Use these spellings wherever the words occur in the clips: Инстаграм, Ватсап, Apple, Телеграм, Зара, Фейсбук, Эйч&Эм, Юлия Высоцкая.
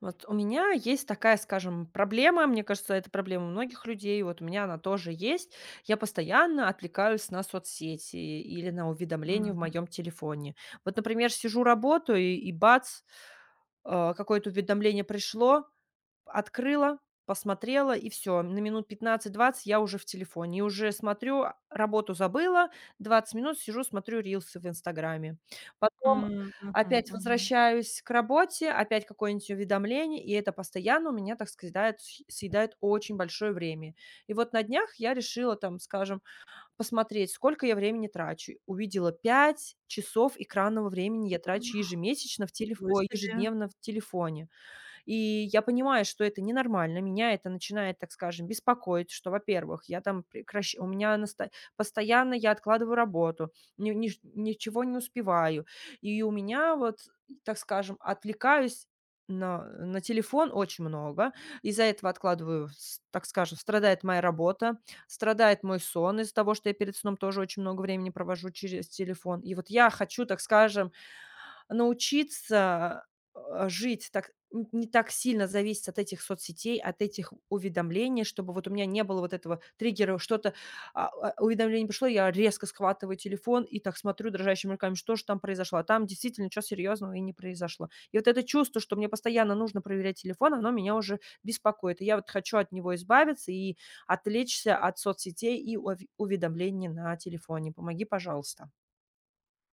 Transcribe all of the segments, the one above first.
Вот у меня есть такая, скажем, проблема. Мне кажется, это проблема многих людей. Вот у меня она тоже есть. Я постоянно отвлекаюсь на соцсети или на уведомления в Мгм. моем телефоне. Вот, например, сижу, работаю, и бац, какое-то уведомление пришло, открыла, посмотрела, и все на минут 15-20 я уже в телефоне. И уже смотрю, работу забыла, 20 минут сижу, смотрю рилсы в "Инстаграме". Потом М, мгм, опять мгм. возвращаюсь к работе, опять какое-нибудь уведомление, и это постоянно у меня, так сказать, с съедает очень большое время. И вот на днях я решила там, скажем, посмотреть, сколько я времени трачу. Увидела 5 часов экранного времени я трачу ежемесячно в Ничего себе. ежедневно в телефоне. И я понимаю, что это ненормально. Меня это начинает, так скажем, беспокоить, что, во-первых, я там постоянно я откладываю работу, ничего не успеваю. И у меня вот, так скажем, отвлекаюсь на телефон очень много. Из-за этого откладываю, так скажем, страдает моя работа, страдает мой сон из-за того, что я перед сном тоже очень много времени провожу через телефон. И вот я хочу, так скажем, научиться, жить так н не так сильно зависеть от этих соцсетей, от этих уведомлений, чтобы вот у меня не было вот этого триггера, что-то, уведомление пришло, я резко схватываю телефон и так смотрю дрожащими руками, что же там произошло, а там действительно ничего серьезного и не произошло. И вот это чувство, что мне постоянно нужно проверять телефон, оно меня уже беспокоит. И я вот хочу от него избавиться и отвлечься от соцсетей и ов уведомлений на телефоне. Помоги, пожалуйста.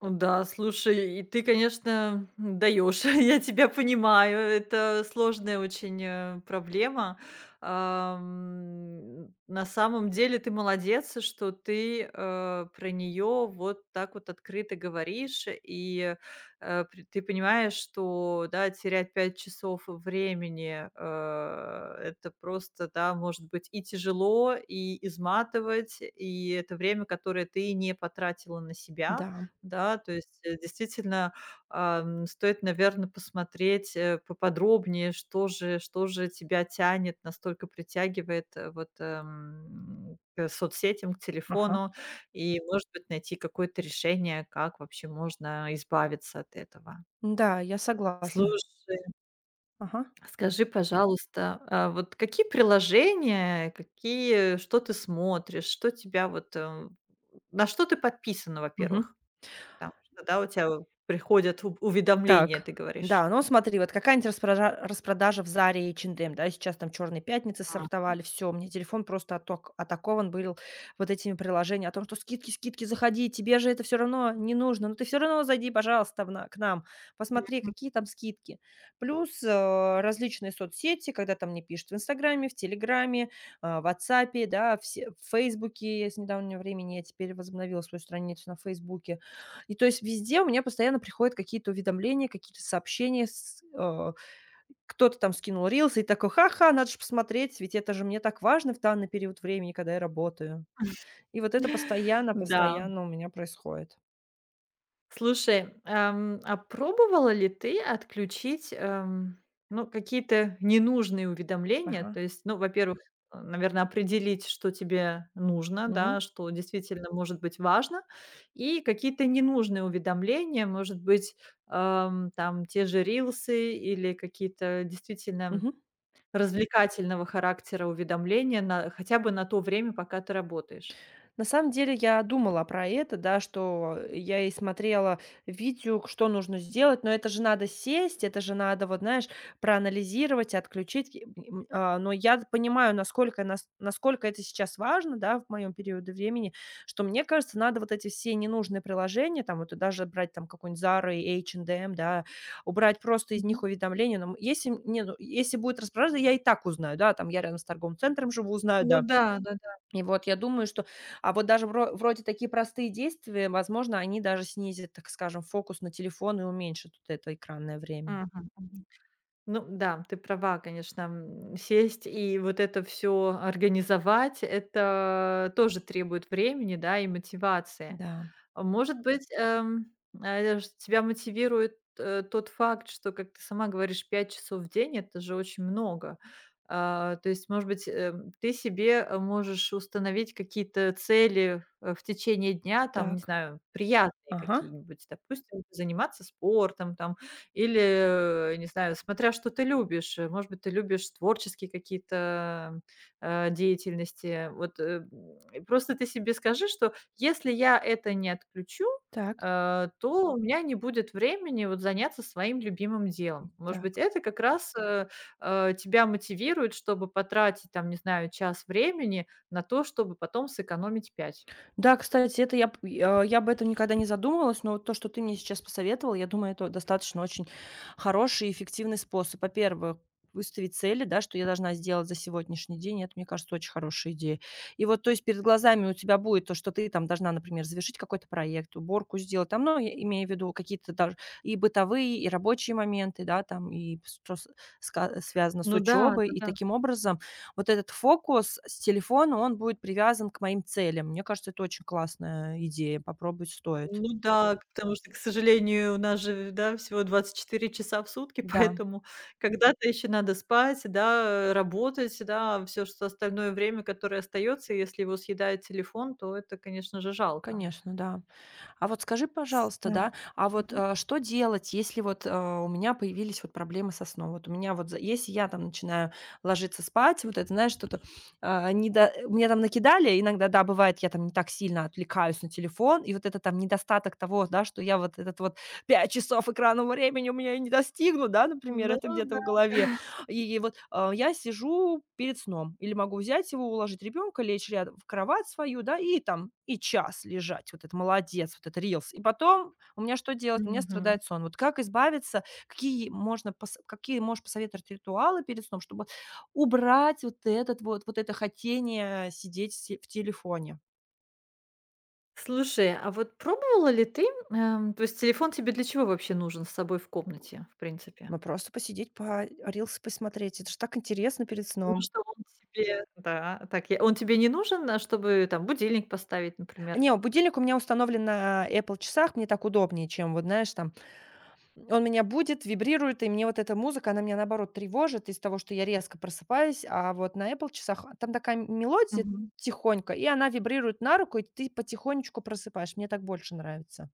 О, да, слушай, и ты, конечно, даешь, я тебя понимаю, это сложная очень проблема. На самом деле ты молодец, что ты про нее вот так вот открыто говоришь, и ты понимаешь, что да, терять 5 часов времени, это просто, да, может быть и тяжело, и изматывать, и это время, которое ты не потратила на себя. Да. Да, то есть, действительно, стоит, наверное, посмотреть, поподробнее, что же тебя тянет, настолько притягивает, вот, к соцсетям, к Ага. телефону. И, может быть, найти какое-то решение, как вообще можно избавиться от этого. Да, я согласна. Слушай, Ага. скажи, пожалуйста, а вот какие приложения, какие что ты смотришь, что тебя вот, на что ты подписана, Мгм. во-первых? Потому что, да, у тебя приходят у уведомления, Так, ты говоришь. да, ну смотри, вот какая-нибудь распрожа распродажа в "Заре" и "Эйч&Эм", да, сейчас там "Черные пятницы" Ага. сортовали, все мне телефон просто атакован был вот этими приложениями о том, что скидки, скидки, заходи, тебе же это все равно не нужно, но ты все равно зайди, пожалуйста, там на к нам, посмотри, Мгм. какие там скидки. Плюс, различные соцсети, когда там мне пишут в "Инстаграме", в "Телеграме", в "Ватсапе", да, все в "Фейсбуке". Я с недавнего времени я теперь возобновила свою страницу на "Фейсбуке". И то есть везде у меня постоянно приходят какие-то уведомления, какие-то сообщения. Кто-то там скинул рилсы и такой, ха-ха, надо же посмотреть, ведь это же мне так важно в данный период времени, когда я работаю. И вот это постоянно, Да. постоянно у меня происходит. Слушай, а пробовала ли ты отключить, ну, какие-то ненужные уведомления? Ага. То есть, ну, во-первых, наверное, определить, что тебе нужно, Мгм. да, что действительно может быть важно, и какие-то ненужные уведомления, может быть, там те же рилсы или какие-то действительно Мгм. развлекательного характера уведомления на хотя бы на то время, пока ты работаешь. На самом деле я думала про это, да, что я и смотрела видео, что нужно сделать, но это же надо сесть, это же надо, вот знаешь, проанализировать, отключить. Но я понимаю, насколько, насколько это сейчас важно, да, в моем периоде времени, что мне кажется, надо вот эти все ненужные приложения, там, вот и даже брать там какой-нибудь Zara и H&M, да, убрать просто из них Мгм. уведомления. Но если, не, ну, если будет распродажа, я и так узнаю, да, там я рядом с торговым центром живу, узнаю, Ну да, да, да-да. и вот я думаю, что, вот даже вроде такие простые действия, возможно, они даже снизят, так скажем, фокус на телефон и уменьшат вот это экранное время. Мгм, мгм. Ну да, ты права, конечно. Сесть и вот это все организовать — это тоже требует времени, да, и мотивации. Да, А может быть, э, ш тебя мотивирует, тот факт, что, как ты сама говоришь, 5 часов в день — это же очень много. А, то есть, может быть, ты себе, можешь установить какие-то цели, в течение дня, там, не так. знаю, приятные Ага, какие-нибудь. Допустим, заниматься спортом там или, не знаю, смотря что ты любишь. Может быть, ты любишь творческие какие-то, деятельности. Вот, и просто ты себе скажи, что если я это не отключу, так, то у меня не будет времени вот заняться своим любимым делом. Может быть, так. это как раз, тебя мотивирует, чтобы потратить там, не знаю, час времени на то, чтобы потом сэкономить 5. Да, кстати, это я п я об этом никогда не задумывалась, но вот то, что ты мне сейчас посоветовал, я думаю, это достаточно очень хороший и эффективный способ. Во-первых, выставить цели, да, что я должна сделать за сегодняшний день. Это, мне кажется, очень хорошая идея. И вот, то есть, перед глазами у тебя будет то, что ты там должна, например, завершить какой-то проект, уборку сделать, там, ну, я имею в виду какие-то даже и бытовые, и рабочие моменты, да, там, и с что с ска связано с Ну да, учебой. И да-да. таким образом вот этот фокус с телефона, он будет привязан к моим целям. Мне кажется, это очень классная идея, попробовать стоит. Ну да, потому что, к сожалению, у нас же, да, всего 24 часа в сутки, Да, поэтому когда-то еще надо спать, да, работать, да, все, что остальное время, которое остается, если его съедает телефон, то это, конечно же, жалко. конечно, да. А вот скажи, С пожалуйста, Да. да, а вот, Мгм. Что делать, если вот, у меня появились вот проблемы со сном? Вот у меня вот за если я там начинаю ложиться спать, вот это, знаешь, что-то, недо мне там накидали, иногда, да, бывает, я там не так сильно отвлекаюсь на телефон, и вот это там недостаток того, да, что я вот этот вот 5 часов экранного времени у меня и не достигну, да, например, Ну это где-то в да. голове. И вот, я сижу перед сном или могу взять его, уложить ребенка, лечь рядом в кровать свою, да, и там и час лежать. Вот это молодец, вот это рилс. И потом у меня что делать? У меня Мгм. страдает сон. Вот как избавиться? Какие можешь посоветовать ритуалы перед сном, чтобы убрать вот этот вот вот это хотение сидеть в телефоне? Слушай, а вот пробовала ли ты, то есть телефон тебе для чего вообще нужен с собой в комнате, в принципе? Ну, просто посидеть, по рилсы посмотреть. Это же так интересно перед Потому сном. что он тебе да, так я он тебе не нужен, чтобы там будильник поставить, например? Не, будильник у меня установлен на Apple часах, мне так удобнее, чем, вот знаешь, там он меня будет вибрирует, и мне вот эта музыка, она меня, наоборот, тревожит из того, что я резко просыпаюсь. А вот на Apple часах там такая мелодия Мгм. тихонько, и она вибрирует на руку, и ты потихонечку просыпаешь. Мне так больше нравится.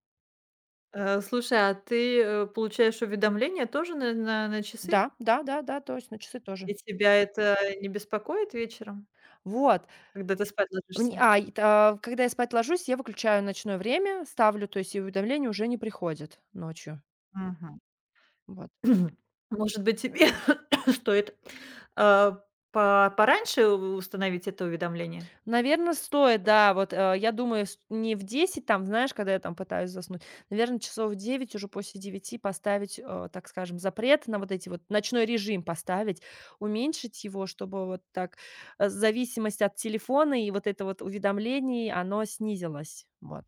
Слушай, а ты, получаешь уведомления тоже на часы? Да, да-да-да, точно, часы тоже. И тебя это не беспокоит вечером, Вот. когда ты спать Мн ложишься? а, и та когда я спать ложусь, я выключаю ночное время, ставлю, то есть и уведомления уже не приходят ночью. Вот. Может быть, тебе стоит, а, по пораньше у установить это уведомление? Наверное, стоит, да. Вот, я думаю, с не в 10, там, знаешь, когда я там пытаюсь заснуть. Наверное, часов в 9 уже после 9 поставить, так скажем, запрет на вот эти вот ночной режим поставить, уменьшить его, чтобы вот так, зависимость от телефона и вот это вот уведомлений, оно снизилось. Вот.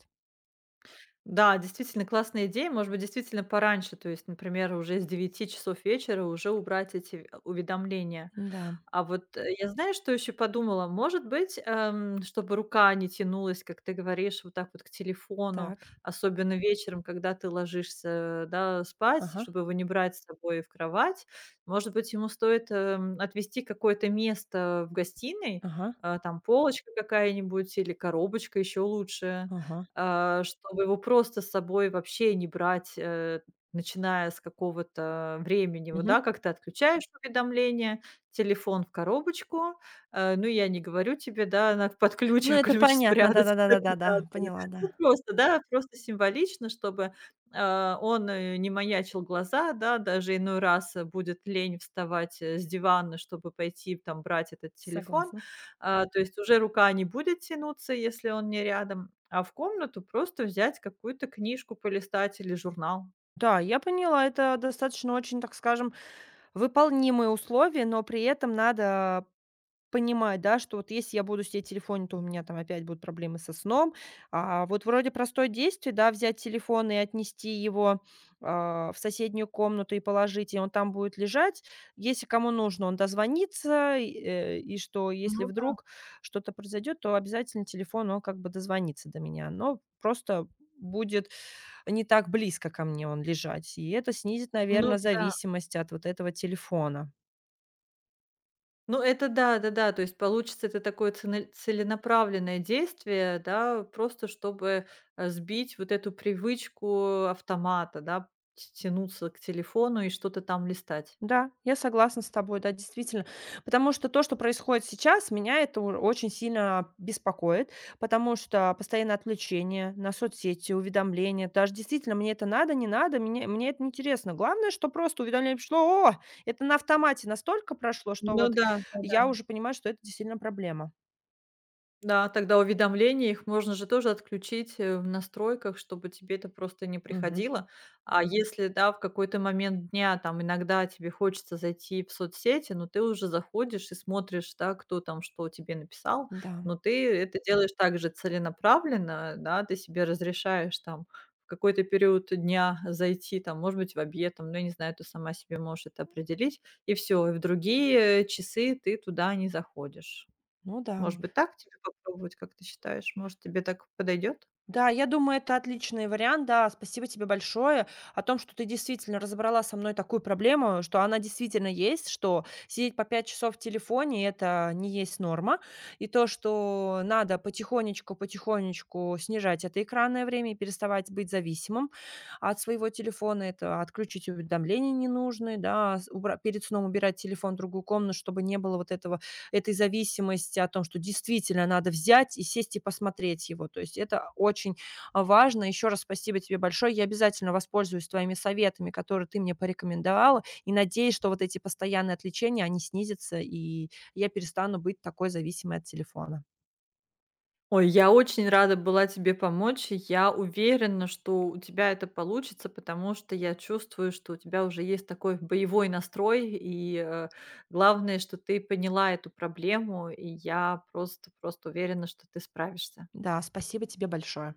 Да, действительно классная идея. Может быть, действительно пораньше, то есть, например, уже с 9 часов вечера уже убрать эти уведомления. Да, А вот, э, я знаешь, что еще подумала? Может быть, чтобы рука не тянулась, как ты говоришь, вот так вот к телефону, так. особенно вечером, когда ты ложишься, да, спать, Ага, чтобы его не брать с собой в кровать. Может быть, ему стоит, отвести какое-то место в гостиной, ага, там полочка какая-нибудь или коробочка, еще лучше, ага. Чтобы его просто с собой вообще не брать, начиная с какого-то времени. Вот, Мгм. да, как ты отключаешь уведомления, телефон в коробочку, ну, я не говорю тебе, да, надо под Ну, ключ, а это ключ понятно. спрятать. Да-да-да-да-да-да. Да-да-да. Поняла, Ну, да. просто, да, просто символично, чтобы, он, не маячил глаза, да, даже иной раз, будет лень вставать, с дивана, чтобы пойти там брать этот телефон. Согласна. А, то есть уже рука не будет тянуться, если он не рядом, а в комнату просто взять какую-то книжку полистать или журнал. Да, я поняла. Это достаточно очень, так скажем, выполнимые условия, но при этом надо понимать, да, что вот если я буду сидеть в телефоне, то у меня там опять будут проблемы со сном. А вот вроде простое действие, да, взять телефон и отнести его, в соседнюю комнату и положить, и он там будет лежать. Если кому нужно, он дозвонится, и что если Ну да. вдруг что-то произойдет, то обязательно телефон, он как бы дозвонится до меня, но просто будет не так близко ко мне он лежать. И это снизит, Ну наверное, да. зависимость от вот этого телефона. Ну, это да, да-да. То есть получится это такое цене целенаправленное действие, да, просто чтобы, сбить вот эту привычку автомата, да, тя тянуться к телефону и что-то там листать. Да, я согласна с тобой, да, действительно. Потому что то, что происходит сейчас, меня это очень сильно беспокоит, потому что постоянное отвлечение на соцсети, уведомления, даже действительно мне это надо, не надо, мне это не интересно. Главное, что просто уведомление пришло, о, это на автомате настолько прошло, что Ну вот да, да-да. я уже понимаю, что это действительно проблема. Да, тогда уведомления, их можно же тоже отключить, в настройках, чтобы тебе это просто не Мгм. приходило. А если, да, в какой-то момент дня, там, иногда тебе хочется зайти в соцсети, но ты уже заходишь и смотришь, да, кто там что тебе написал, Да, но ты это делаешь также целенаправленно, да, ты себе разрешаешь там в какой-то период дня зайти, там, может быть, в обед, там, ну, я не знаю, ты сама себе можешь это определить, и все, и в другие часы ты туда не заходишь. ну да. Может быть, так тебе попробовать, как ты считаешь? Может, тебе так подойдет? Да, я думаю, это отличный вариант. Да, спасибо тебе большое о том, что ты действительно разобрала со мной такую проблему, что она действительно есть, что сидеть по 5 часов в телефоне- это не есть норма. И то, что надо потихонечку-потихонечку снижать это экранное время и переставать быть зависимым от своего телефона. Это отключить уведомления ненужные, да, перед сном убирать телефон в другую комнату, чтобы не было вот этого этой зависимости, о том, что действительно надо взять и сесть и посмотреть его. То есть это очень, важно. Еще раз спасибо тебе большое. Я обязательно воспользуюсь твоими советами, которые ты мне порекомендовала, и надеюсь, что вот эти постоянные отвлечения, они снизятся, и я перестану быть такой зависимой от телефона. Ой, я очень рада была тебе помочь. И я уверена, что у тебя это получится, потому что я чувствую, что у тебя уже есть такой боевой настрой. И главное, что ты поняла эту проблему. И я просто уверена, что ты справишься. Да, спасибо тебе большое.